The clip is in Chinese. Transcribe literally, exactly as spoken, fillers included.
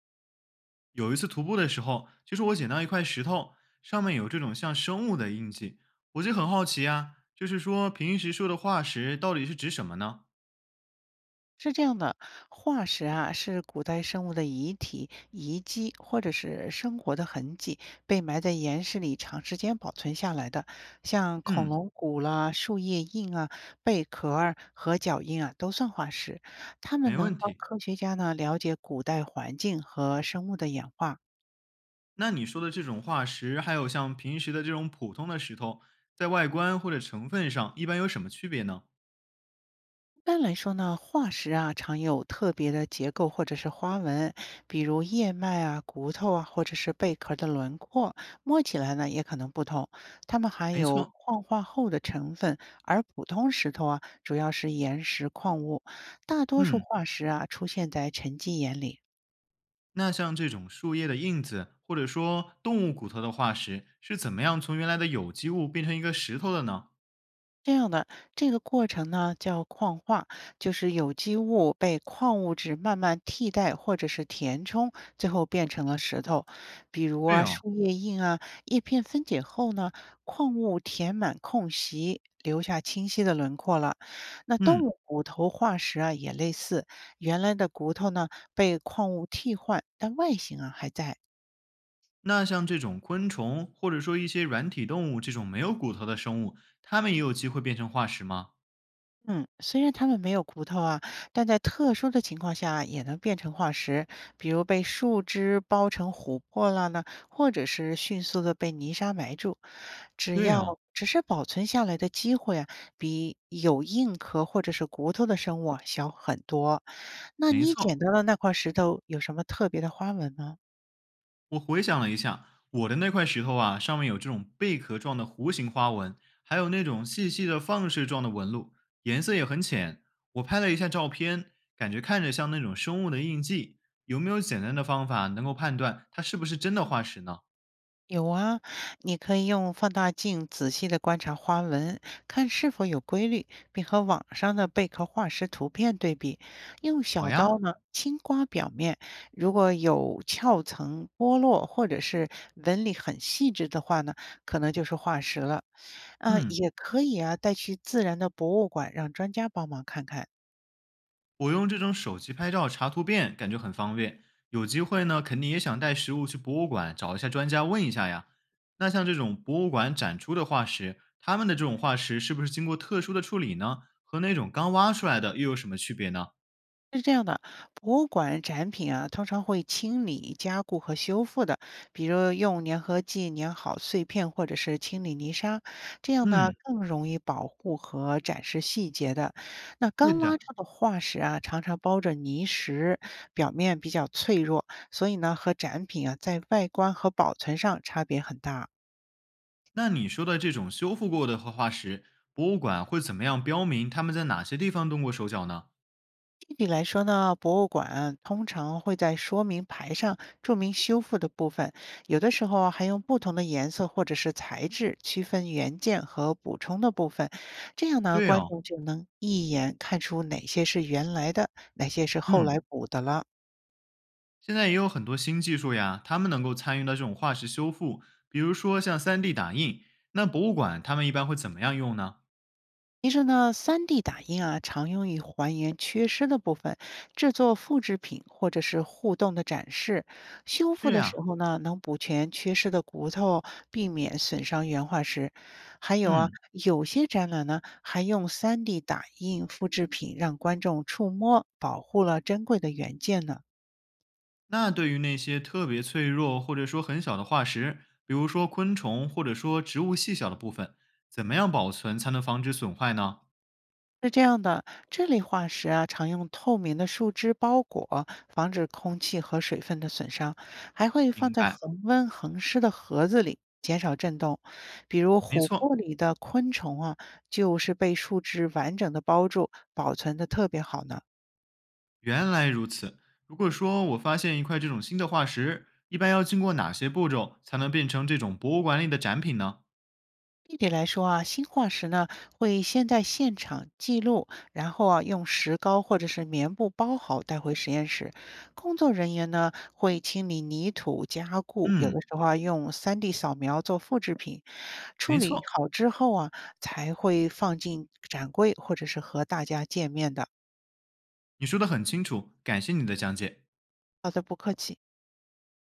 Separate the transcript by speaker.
Speaker 1: 有一次徒步的时候，就是我捡到一块石头，上面有这种像生物的印记，我就很好奇啊，就是说平时说的化石到底是指什么呢？
Speaker 2: 是这样的，化石啊是古代生物的遗体、遗迹或者是生活的痕迹，被埋在岩石里长时间保存下来的。像恐
Speaker 1: 嗯，
Speaker 2: 龙骨啦、树叶印啊、贝壳儿和脚印啊，都算化石。它们
Speaker 1: 没
Speaker 2: 能
Speaker 1: 问
Speaker 2: 帮
Speaker 1: 题。
Speaker 2: 科学家呢了解古代环境和生物的演化。
Speaker 1: 那你说的这种化石，还有像平时的这种普通的石头，在外观或者成分上一般有什么区别呢？
Speaker 2: 一般来说呢，化石啊常有特别的结构或者是花纹，比如叶脉啊、骨头啊，或者是贝壳的轮廓，摸起来呢也可能不同。它们含
Speaker 1: 没
Speaker 2: 有
Speaker 1: 错，
Speaker 2: 矿化后的成分，而普通石头啊主要是岩石矿物。大多数
Speaker 1: 嗯，
Speaker 2: 化石啊出现在沉积岩里。
Speaker 1: 那像这种树叶的印子，或者说动物骨头的化石，是怎么样从原来的有机物变成一个石头的呢？
Speaker 2: 这样的这个过程呢，叫矿化，就是有机物被矿物质慢慢替代或者是填充，最后变成了石头。比如
Speaker 1: 对
Speaker 2: 啊，
Speaker 1: 哦，
Speaker 2: 树叶印啊，叶片分解后呢，矿物填满空隙，留下清晰的轮廓了。那动
Speaker 1: 嗯。
Speaker 2: 物骨头化石啊，也类似，原来的骨头呢被矿物替换，但外形啊还在。
Speaker 1: 那像这种昆虫，或者说一些软体动物这种没有骨头的生物，它们也有机会变成化石吗？
Speaker 2: 嗯，虽然它们没有骨头啊，但在特殊的情况下也能变成化石，比如被树枝包成琥珀了呢，或者是迅速的被泥沙埋住。只
Speaker 1: 对
Speaker 2: 要
Speaker 1: 哦，
Speaker 2: 只是保存下来的机会啊，比有硬壳或者是骨头的生物啊小很多。那
Speaker 1: 没
Speaker 2: 你
Speaker 1: 错。
Speaker 2: 捡到的那块石头有什么特别的花纹吗？
Speaker 1: 我回想了一下，我的那块石头啊，上面有这种贝壳状的弧形花纹，还有那种细细的放射状的纹路，颜色也很浅。我拍了一下照片，感觉看着像那种生物的印记。有没有简单的方法能够判断它是不是真的化石呢？
Speaker 2: 有啊，你可以用放大镜仔细的观察花纹，看是否有规律，并和网上的贝壳化石图片对比。用
Speaker 1: 好
Speaker 2: 小刀
Speaker 1: 呀，
Speaker 2: 呢，轻刮表面，如果有壳层剥落或者是纹理很细致的话呢，可能就是化石了。啊，
Speaker 1: 嗯。
Speaker 2: 也可以啊，带去自然的博物馆，让专家帮忙看看。
Speaker 1: 我用这种手机拍照查图片，感觉很方便。有机会呢，肯定也想带实物去博物馆找一下专家问一下呀。那像这种博物馆展出的化石，他们的这种化石是不是经过特殊的处理呢？和那种刚挖出来的又有什么区别呢？
Speaker 2: 是这样的，博物馆展品啊，通常会清理、加固和修复的，比如用粘合剂粘好碎片，或者是清理泥沙，这样呢
Speaker 1: 嗯，
Speaker 2: 更容易保护和展示细节的。那
Speaker 1: 对
Speaker 2: 刚挖
Speaker 1: 的。
Speaker 2: 出的化石啊，常常包着泥石，表面比较脆弱，所以呢和展品啊在外观和保存上差别很大。
Speaker 1: 那你说的这种修复过的化化石，博物馆会怎么样标明他们在哪些地方动过手脚呢？
Speaker 2: 具体来说呢，博物馆通常会在说明牌上注明修复的部分，有的时候啊还用不同的颜色或者是材质区分原件和补充的部分，这样呢，
Speaker 1: 对
Speaker 2: 观
Speaker 1: 哦，
Speaker 2: 众就能一眼看出哪些是原来的，哪些是后来
Speaker 1: 嗯，
Speaker 2: 补的了。
Speaker 1: 现在也有很多新技术呀，他们能够参与到这种化石修复，比如说像 三 D 打印。那博物馆他们一般会怎么样用呢？
Speaker 2: 其实呢，三 D 打印啊，常用于还原缺失的部分，制作复制品或者是互动的展示。修复
Speaker 1: 是
Speaker 2: 的时
Speaker 1: 呀，
Speaker 2: 候呢，能补全缺失的骨头，避免损伤原化石。还有啊，
Speaker 1: 嗯，
Speaker 2: 有些展览呢，还用 三 D 打印复制品让观众触摸，保护了珍贵的原件呢。
Speaker 1: 那对于那些特别脆弱或者说很小的化石，比如说昆虫或者说植物细小的部分，怎么样保存才能防止损坏呢？
Speaker 2: 是这样的，这类化石啊，常用透明的树枝包裹，防止空气和水分的损伤，还会放
Speaker 1: 明
Speaker 2: 在
Speaker 1: 白，
Speaker 2: 恒温恒湿的盒子里，减少震动。比如
Speaker 1: 没
Speaker 2: 琥
Speaker 1: 错，
Speaker 2: 珀里的昆虫啊，就是被树枝完整的包住，保存的特别好呢。
Speaker 1: 原来如此。如果说我发现一块这种新的化石，一般要经过哪些步骤才能变成这种博物馆里的展品呢？
Speaker 2: 具体来说啊，新化石呢会先在现场记录，然后啊用石膏或者是棉布包好带回实验室。工作人员呢会清理泥土、加固，有的
Speaker 1: 嗯，
Speaker 2: 时候啊用 三 D 扫描做复制品，处
Speaker 1: 没
Speaker 2: 理
Speaker 1: 错，
Speaker 2: 好之后啊才会放进展柜或者是和大家见面的。
Speaker 1: 你说的很清楚，感谢你的讲解。
Speaker 2: 好的，不客气。